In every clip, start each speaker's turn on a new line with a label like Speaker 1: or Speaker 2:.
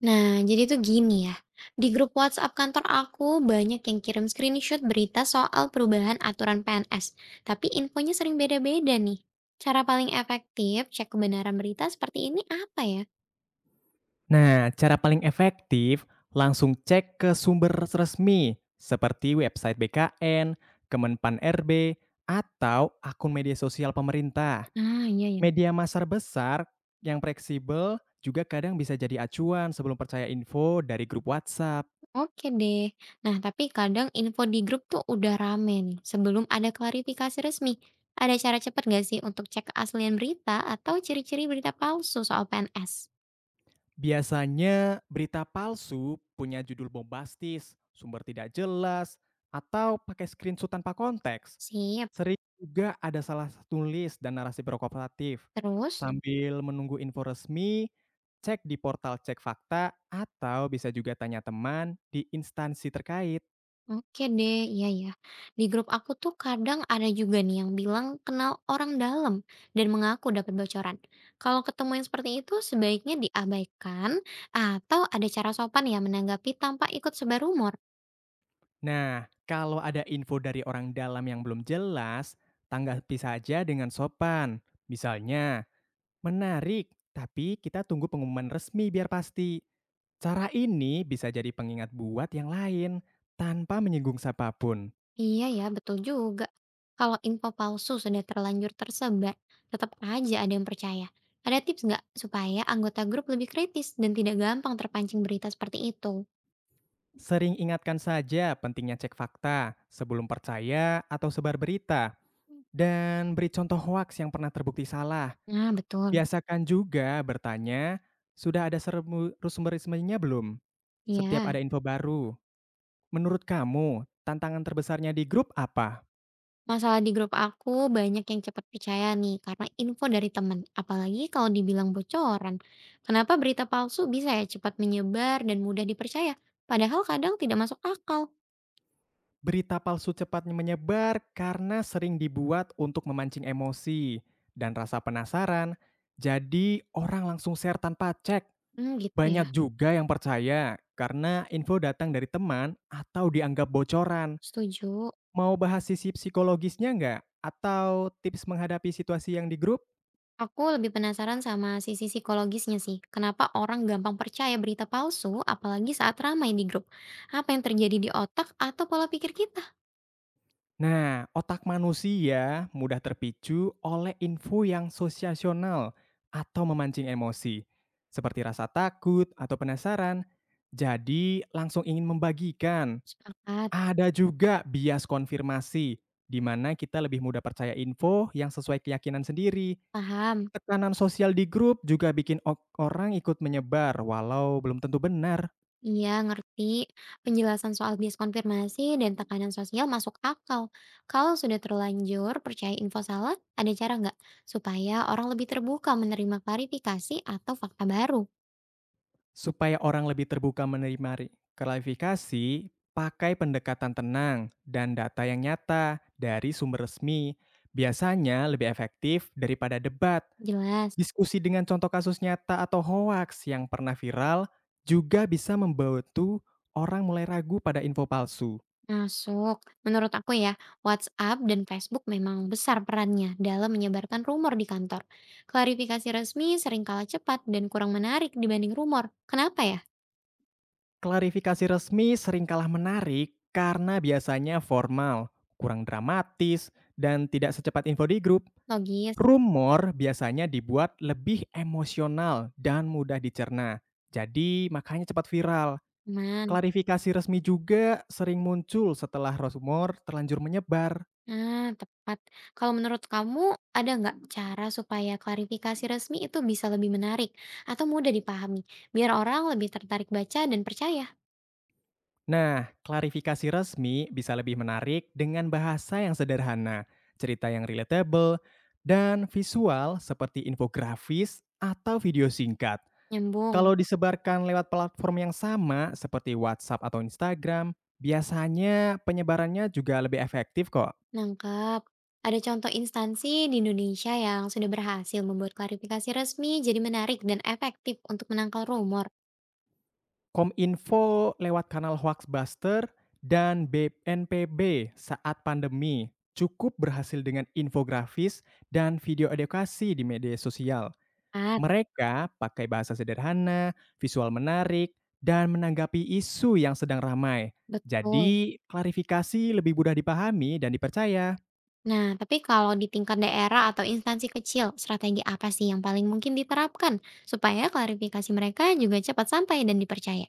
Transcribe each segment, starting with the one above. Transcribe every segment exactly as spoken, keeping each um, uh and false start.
Speaker 1: Nah, jadi tuh gini ya. Di grup WhatsApp kantor aku banyak yang kirim screenshot berita soal perubahan aturan P N S. Tapi infonya sering beda-beda nih. Cara paling efektif cek kebenaran berita seperti ini apa ya?
Speaker 2: Nah, cara paling efektif langsung cek ke sumber resmi seperti website B K N, Kemenpan R B, atau akun media sosial pemerintah.
Speaker 1: Ah, iya ya.
Speaker 2: Media masar besar yang fleksibel juga kadang bisa jadi acuan sebelum percaya info dari grup WhatsApp.
Speaker 1: Oke deh. Nah, tapi kadang info di grup tuh udah rame nih. Sebelum ada klarifikasi resmi, ada cara cepat nggak sih untuk cek keaslian berita atau ciri-ciri berita palsu soal P N S?
Speaker 2: Biasanya berita palsu punya judul bombastis, sumber tidak jelas, atau pakai screenshot tanpa konteks.
Speaker 1: Sip.
Speaker 2: Sering juga ada salah tulis dan narasi provokatif.
Speaker 1: Terus?
Speaker 2: Sambil menunggu info resmi, cek di portal cek fakta atau bisa juga tanya teman di instansi terkait.
Speaker 1: Oke deh, iya ya. Di grup aku tuh kadang ada juga nih yang bilang kenal orang dalam dan mengaku dapat bocoran. Kalau ketemu yang seperti itu sebaiknya diabaikan atau ada cara sopan ya menanggapi tanpa ikut sebar rumor.
Speaker 2: Nah, kalau ada info dari orang dalam yang belum jelas, tanggapi saja dengan sopan. Misalnya, menarik, tapi kita tunggu pengumuman resmi biar pasti. Cara ini bisa jadi pengingat buat yang lain, tanpa menyinggung siapapun.
Speaker 1: Iya ya, betul juga. Kalau info palsu sudah terlanjur tersebar, tetap aja ada yang percaya. Ada tips nggak supaya anggota grup lebih kritis dan tidak gampang terpancing berita seperti itu?
Speaker 2: Sering ingatkan saja pentingnya cek fakta sebelum percaya atau sebar berita. Dan beri contoh hoaks yang pernah terbukti salah.
Speaker 1: Nah, betul.
Speaker 2: Biasakan juga bertanya, sudah ada sermu- sumber-sumbernya belum? Setiap
Speaker 1: Iya.
Speaker 2: ada info baru, menurut kamu tantangan terbesarnya di grup apa?
Speaker 1: Masalah di grup aku banyak yang cepat percaya nih karena info dari teman, apalagi kalau dibilang bocoran. Kenapa berita palsu bisa ya cepat menyebar dan mudah dipercaya, padahal kadang tidak masuk akal.
Speaker 2: Berita palsu cepat menyebar karena sering dibuat untuk memancing emosi dan rasa penasaran. Jadi, orang langsung share tanpa cek.
Speaker 1: Hmm, gitu ya.
Speaker 2: Banyak juga yang percaya karena info datang dari teman atau dianggap bocoran.
Speaker 1: Setuju.
Speaker 2: Mau bahas sisi psikologisnya nggak? Atau tips menghadapi situasi yang di grup?
Speaker 1: Aku lebih penasaran sama sisi psikologisnya sih. Kenapa orang gampang percaya berita palsu apalagi saat ramai di grup? Apa yang terjadi di otak atau pola pikir kita?
Speaker 2: Nah, otak manusia mudah terpicu oleh info yang sosiasional atau memancing emosi, seperti rasa takut atau penasaran. Jadi, langsung ingin membagikan.
Speaker 1: Sepakat,
Speaker 2: Ada juga bias konfirmasi, di mana kita lebih mudah percaya info yang sesuai keyakinan sendiri.
Speaker 1: paham.
Speaker 2: Tekanan sosial di grup juga bikin o- orang ikut menyebar, walau belum tentu benar.
Speaker 1: Iya, ngerti. Penjelasan soal bias konfirmasi dan tekanan sosial masuk akal. Kalau sudah terlanjur percaya info salah, ada cara nggak supaya orang lebih terbuka menerima klarifikasi atau fakta baru?
Speaker 2: Supaya orang lebih terbuka menerima ri- klarifikasi, pakai pendekatan tenang dan data yang nyata dari sumber resmi. Biasanya lebih efektif daripada debat.
Speaker 1: Jelas.
Speaker 2: Diskusi dengan contoh kasus nyata atau hoaks yang pernah viral juga bisa membantu orang mulai ragu pada info palsu.
Speaker 1: Masuk. Menurut aku ya, WhatsApp dan Facebook memang besar perannya dalam menyebarkan rumor di kantor. Klarifikasi resmi sering kalah cepat dan kurang menarik dibanding rumor. Kenapa ya?
Speaker 2: Klarifikasi resmi sering kalah menarik karena biasanya formal, kurang dramatis, dan tidak secepat info di grup.
Speaker 1: Logis.
Speaker 2: Rumor biasanya dibuat lebih emosional dan mudah dicerna, jadi makanya cepat viral.
Speaker 1: Aman.
Speaker 2: Klarifikasi resmi juga sering muncul setelah rumor terlanjur menyebar.
Speaker 1: Nah, tepat. Kalau menurut kamu, ada nggak cara supaya klarifikasi resmi itu bisa lebih menarik atau mudah dipahami, biar orang lebih tertarik baca dan percaya?
Speaker 2: Nah, klarifikasi resmi bisa lebih menarik dengan bahasa yang sederhana, cerita yang relatable, dan visual seperti infografis atau video singkat.
Speaker 1: Nyambung.
Speaker 2: Kalau disebarkan lewat platform yang sama seperti WhatsApp atau Instagram, biasanya penyebarannya juga lebih efektif kok.
Speaker 1: Nangkep. Ada contoh instansi di Indonesia yang sudah berhasil membuat klarifikasi resmi jadi menarik dan efektif untuk menangkal rumor.
Speaker 2: Kominfo lewat kanal Hoaxbuster dan B N P B saat pandemi cukup berhasil dengan infografis dan video edukasi di media sosial.
Speaker 1: Tepat.
Speaker 2: Mereka pakai bahasa sederhana, visual menarik, dan menanggapi isu yang sedang ramai.
Speaker 1: Betul.
Speaker 2: Jadi, klarifikasi lebih mudah dipahami dan dipercaya.
Speaker 1: Nah, tapi kalau di tingkat daerah atau instansi kecil, strategi apa sih yang paling mungkin diterapkan supaya klarifikasi mereka juga cepat sampai dan dipercaya?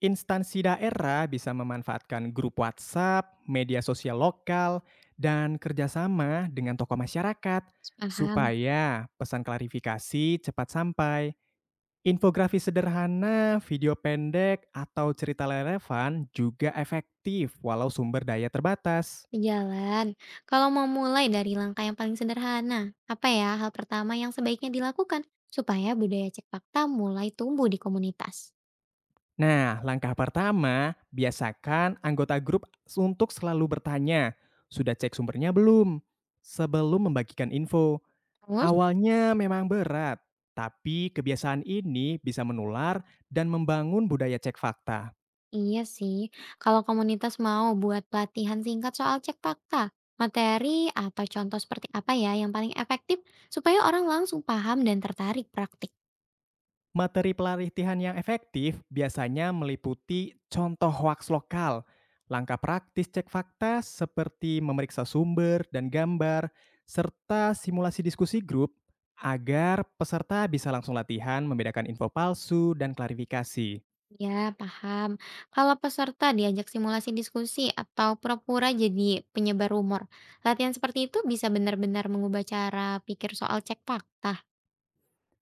Speaker 2: Instansi daerah bisa memanfaatkan grup WhatsApp, media sosial lokal, dan kerjasama dengan tokoh masyarakat
Speaker 1: Paham.
Speaker 2: supaya pesan klarifikasi cepat sampai. Infografis sederhana, video pendek, atau cerita relevan juga efektif walau sumber daya terbatas.
Speaker 1: Di jalan, kalau mau mulai dari langkah yang paling sederhana, apa ya hal pertama yang sebaiknya dilakukan supaya budaya cek fakta mulai tumbuh di komunitas?
Speaker 2: Nah, langkah pertama, biasakan anggota grup untuk selalu bertanya, sudah cek sumbernya belum? Sebelum membagikan info.
Speaker 1: Terus?
Speaker 2: Awalnya memang berat, tapi kebiasaan ini bisa menular dan membangun budaya cek fakta.
Speaker 1: Iya sih, kalau komunitas mau buat pelatihan singkat soal cek fakta, materi atau contoh seperti apa ya yang paling efektif supaya orang langsung paham dan tertarik praktik.
Speaker 2: Materi pelatihan yang efektif biasanya meliputi contoh hoaks lokal, langkah praktis cek fakta seperti memeriksa sumber dan gambar, serta simulasi diskusi grup agar peserta bisa langsung latihan membedakan info palsu dan klarifikasi.
Speaker 1: Ya, paham. Kalau peserta diajak simulasi diskusi atau pura-pura jadi penyebar rumor, latihan seperti itu bisa benar-benar mengubah cara pikir soal cek fakta.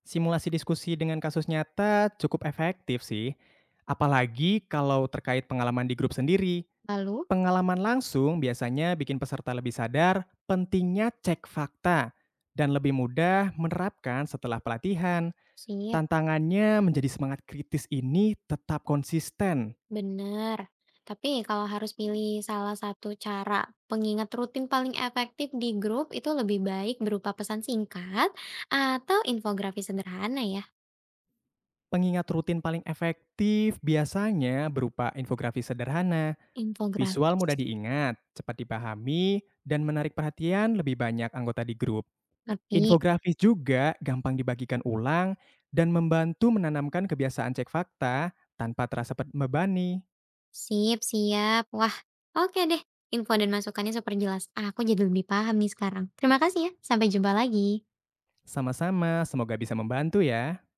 Speaker 2: Simulasi diskusi dengan kasus nyata cukup efektif sih, apalagi kalau terkait pengalaman di grup sendiri.
Speaker 1: Lalu,
Speaker 2: Pengalaman langsung biasanya bikin peserta lebih sadar pentingnya cek fakta dan lebih mudah menerapkan setelah pelatihan.
Speaker 1: sip.
Speaker 2: Tantangannya menjadi semangat kritis ini tetap konsisten.
Speaker 1: Benar. Tapi kalau harus pilih salah satu cara pengingat rutin paling efektif di grup itu lebih baik berupa pesan singkat atau infografis sederhana ya.
Speaker 2: Pengingat rutin paling efektif biasanya berupa infografis sederhana, visual mudah
Speaker 1: Infografis.
Speaker 2: diingat, cepat dipahami, dan menarik perhatian lebih banyak anggota di grup.
Speaker 1: Ngerti?
Speaker 2: Infografis juga gampang dibagikan ulang dan membantu menanamkan kebiasaan cek fakta tanpa terasa pet- membebani.
Speaker 1: Sip, siap. Wah, oke deh. Info dan masukannya super jelas. Aku jadi lebih paham nih sekarang. Terima kasih ya. Sampai jumpa lagi.
Speaker 2: Sama-sama, semoga bisa membantu ya.